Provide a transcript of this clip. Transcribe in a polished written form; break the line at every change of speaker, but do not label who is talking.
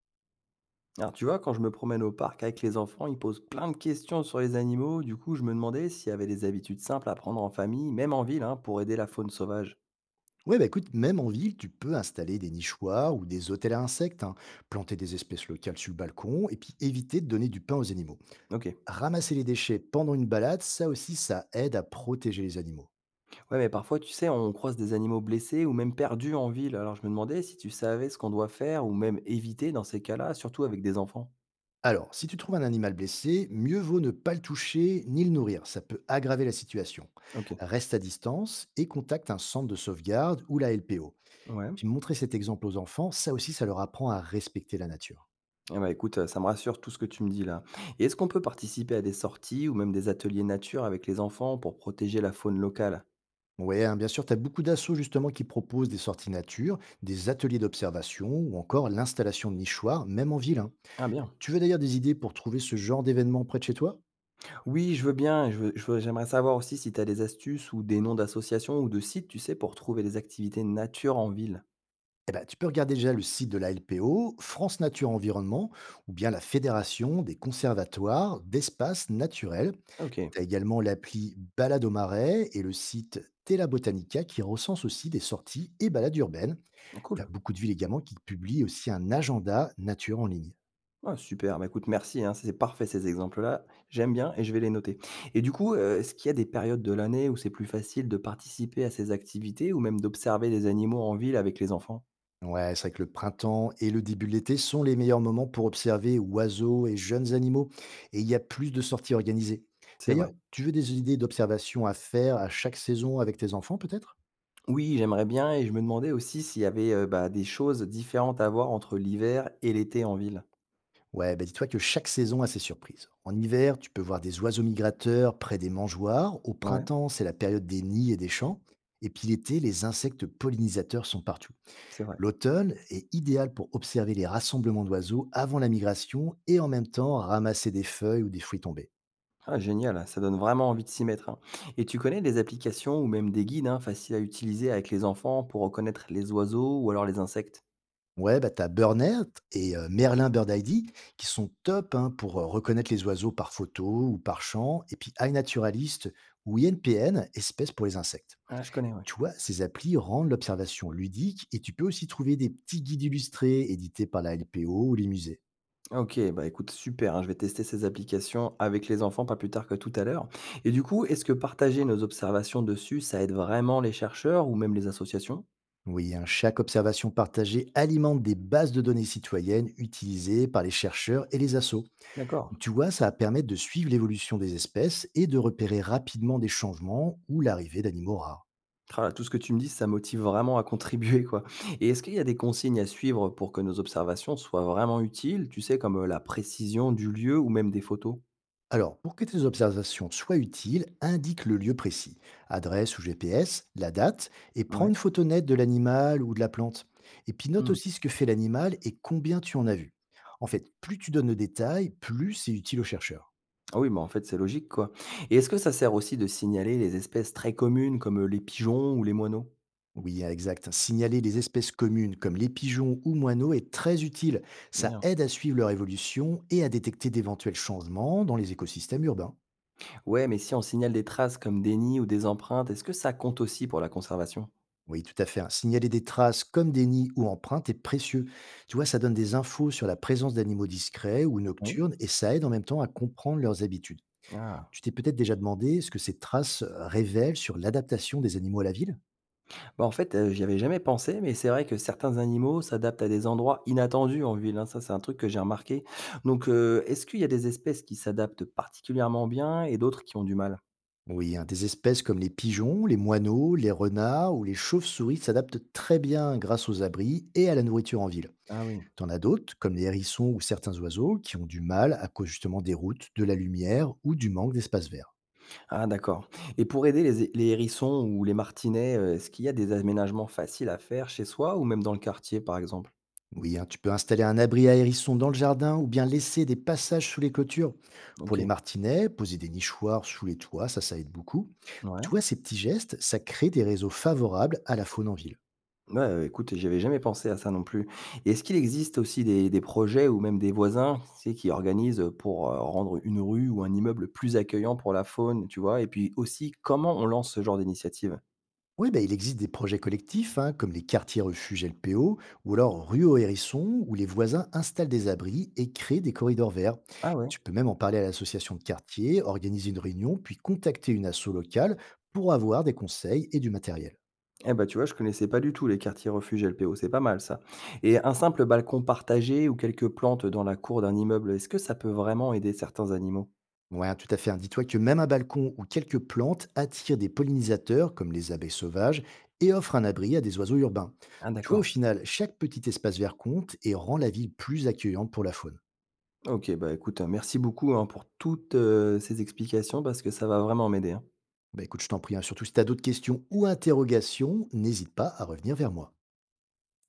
Alors, tu vois, quand je me promène au parc avec les enfants, ils posent plein de questions sur les animaux. Du coup, je me demandais s'il y avait des habitudes simples à prendre en famille, même en ville, hein, pour aider la faune sauvage.
Ouais, bah écoute, même en ville, tu peux installer des nichoirs ou des hôtels à insectes, hein, planter des espèces locales sur le balcon et puis éviter de donner du pain aux animaux.
Ok.
Ramasser les déchets pendant une balade, ça aussi, ça aide à protéger les animaux.
Ouais, mais parfois, tu sais, on croise des animaux blessés ou même perdus en ville. Alors, je me demandais si tu savais ce qu'on doit faire ou même éviter dans ces cas-là, surtout avec des enfants.
Alors, si tu trouves un animal blessé, mieux vaut ne pas le toucher ni le nourrir, ça peut aggraver la situation.
Ok.
Reste à distance et contacte un centre de sauvegarde ou la LPO. Et
Ouais.
puis montrer cet exemple aux enfants, ça aussi, ça leur apprend à respecter la nature.
Eh ben, écoute, ça me rassure tout ce que tu me dis là. Et est-ce qu'on peut participer à des sorties ou même des ateliers nature avec les enfants pour protéger la faune locale?
Oui, bien sûr, tu as beaucoup d'assauts justement qui proposent des sorties nature, des ateliers d'observation ou encore l'installation de nichoirs, même en ville, hein.
Ah bien.
Tu veux d'ailleurs des idées pour trouver ce genre d'événement près de chez toi?
Oui, je veux bien, je veux j'aimerais savoir aussi si tu as des astuces ou des noms d'associations ou de sites, tu sais, pour trouver des activités nature en ville.
Eh ben, tu peux regarder déjà le site de la LPO, France Nature Environnement, ou bien la Fédération des conservatoires d'espaces naturels.
Ah OK,
Tu as également l'appli Balade au Marais et le site Tela Botanica qui recense aussi des sorties et balades urbaines. Tu as
cool.
beaucoup de villes également qui publient aussi un agenda nature en ligne.
Ah super, bah, écoute merci, hein, c'est parfait ces exemples-là, j'aime bien et je vais les noter. Et du coup, est-ce qu'il y a des périodes de l'année où c'est plus facile de participer à ces activités ou même d'observer des animaux en ville avec les enfants?
Ouais, c'est vrai que le printemps et le début de l'été sont les meilleurs moments pour observer oiseaux et jeunes animaux, et il y a plus de sorties organisées.
C'est
D'ailleurs,
vrai.
tu veux des idées d'observation à faire à chaque saison avec tes enfants, peut-être?
Oui, j'aimerais bien et je me demandais aussi s'il y avait, bah, des choses différentes à voir entre l'hiver et l'été en ville.
Ouais, bah dis-toi que chaque saison a ses surprises. En hiver, tu peux voir des oiseaux migrateurs près des mangeoires. Au
Ouais,
printemps, c'est la période des nids et des champs. Et puis l'été, les insectes pollinisateurs sont partout.
c'est vrai.
L'automne est idéal pour observer les rassemblements d'oiseaux avant la migration et en même temps ramasser des feuilles ou des fruits tombés.
Ah génial, hein, ça donne vraiment envie de s'y mettre, hein. Et tu connais des applications ou même des guides, hein, faciles à utiliser avec les enfants pour reconnaître les oiseaux ou alors les insectes?
Ouais, bah, t'as Burnet et Merlin Bird ID qui sont top hein, pour reconnaître les oiseaux par photo ou par chant, et puis iNaturalist ou INPN, espèces pour les insectes.
Ah, je connais, ouais.
Tu vois, ces applis rendent l'observation ludique et tu peux aussi trouver des petits guides illustrés édités par la LPO ou les musées.
Ok, bah écoute, super, hein, je vais tester ces applications avec les enfants pas plus tard que tout à l'heure. Et du coup, est-ce que partager nos observations dessus, ça aide vraiment les chercheurs ou même les associations?
Oui, hein, chaque observation partagée alimente des bases de données citoyennes utilisées par les chercheurs et les assos.
D'accord.
Tu vois, ça va permettre de suivre l'évolution des espèces et de repérer rapidement des changements ou l'arrivée d'animaux rares.
Ah là, tout ce que tu me dis, ça motive vraiment à contribuer, quoi. Et est-ce qu'il y a des consignes à suivre pour que nos observations soient vraiment utiles, tu sais, comme la précision du lieu ou même des photos?
Alors, pour que tes observations soient utiles, indique le lieu précis, adresse ou GPS, la date, et prends
Ouais.
une photo nette de l'animal ou de la plante. Et puis note
Mmh.
aussi ce que fait l'animal et combien tu en as vu. En fait, plus tu donnes de détails, plus c'est utile aux chercheurs.
Ah oui, mais en fait, c'est logique, quoi. Et est-ce que ça sert aussi de signaler les espèces très communes comme, les pigeons ou les moineaux?
Oui, hein, exact. Signaler les espèces communes comme les pigeons ou moineaux est très utile. Ça
Bien.
aide à suivre leur évolution et à détecter d'éventuels changements dans les écosystèmes urbains.
Ouais, mais si on signale des traces comme des nids ou des empreintes, est-ce que ça compte aussi pour la conservation?
Oui, tout à fait, hein. Signaler des traces comme des nids ou empreintes est précieux. Tu vois, ça donne des infos sur la présence d'animaux discrets ou
Oui.
nocturnes et ça aide en même temps à comprendre leurs habitudes.
Ah.
Tu t'es peut-être déjà demandé ce que ces traces révèlent sur l'adaptation des animaux à la ville?
Bah, en fait, j'y avais jamais pensé, mais c'est vrai que certains animaux s'adaptent à des endroits inattendus en ville, hein. Ça, c'est un truc que j'ai remarqué. Donc, est-ce qu'il y a des espèces qui s'adaptent particulièrement bien et d'autres qui ont du mal?
Oui, hein, des espèces comme les pigeons, les moineaux, les renards ou les chauves-souris s'adaptent très bien grâce aux abris et à la nourriture en ville.
Ah oui.
T'en as d'autres, comme les hérissons ou certains oiseaux, qui ont du mal à cause justement des routes, de la lumière ou du manque d'espace vert.
Ah d'accord, et pour aider les hérissons ou les martinets, est-ce qu'il y a des aménagements faciles à faire chez soi ou même dans le quartier, par exemple?
Oui, hein, tu peux installer un abri à hérissons dans le jardin ou bien laisser des passages sous les clôtures. Pour les
OK.
martinets, poser des nichoirs sous les toits, ça aide beaucoup. Donc,
Ouais.
tu vois, ces petits gestes, ça crée des réseaux favorables à la faune en ville.
Ouais, écoute, j'y jamais pensé à ça non plus, et est-ce qu'il existe aussi des projets ou même des voisins, tu sais, qui organisent, pour, rendre une rue ou un immeuble plus accueillant pour la faune, tu vois? Et puis aussi, comment on lance ce genre d'initiative?
Oui, ben, il existe des projets collectifs, hein, comme les quartiers refuges LPO, ou alors rue aux hérissons, où les voisins installent des abris et créent des corridors verts.
Ah ouais.
Tu peux même en parler à l'association de quartier, organiser une réunion, puis contacter une asso locale pour avoir des conseils et du matériel.
Eh ben tu vois, je connaissais pas du tout les quartiers refuges LPO, c'est pas mal ça. Et un simple balcon partagé ou quelques plantes dans la cour d'un immeuble, est-ce que ça peut vraiment aider certains animaux?
Ouais, tout à fait, hein. Dis-toi que même un balcon ou quelques plantes attirent des pollinisateurs, comme les abeilles sauvages, et offrent un abri à des oiseaux urbains.
Ah
Donc, tu vois, au
d'accord.
final, chaque petit espace vert compte et rend la ville plus accueillante pour la faune.
Ok, bah écoute, hein, merci beaucoup hein, pour toutes ces explications parce que ça va vraiment m'aider, hein.
Bah écoute, je t'en prie, hein, surtout si tu as d'autres questions ou interrogations, n'hésite pas à revenir vers moi.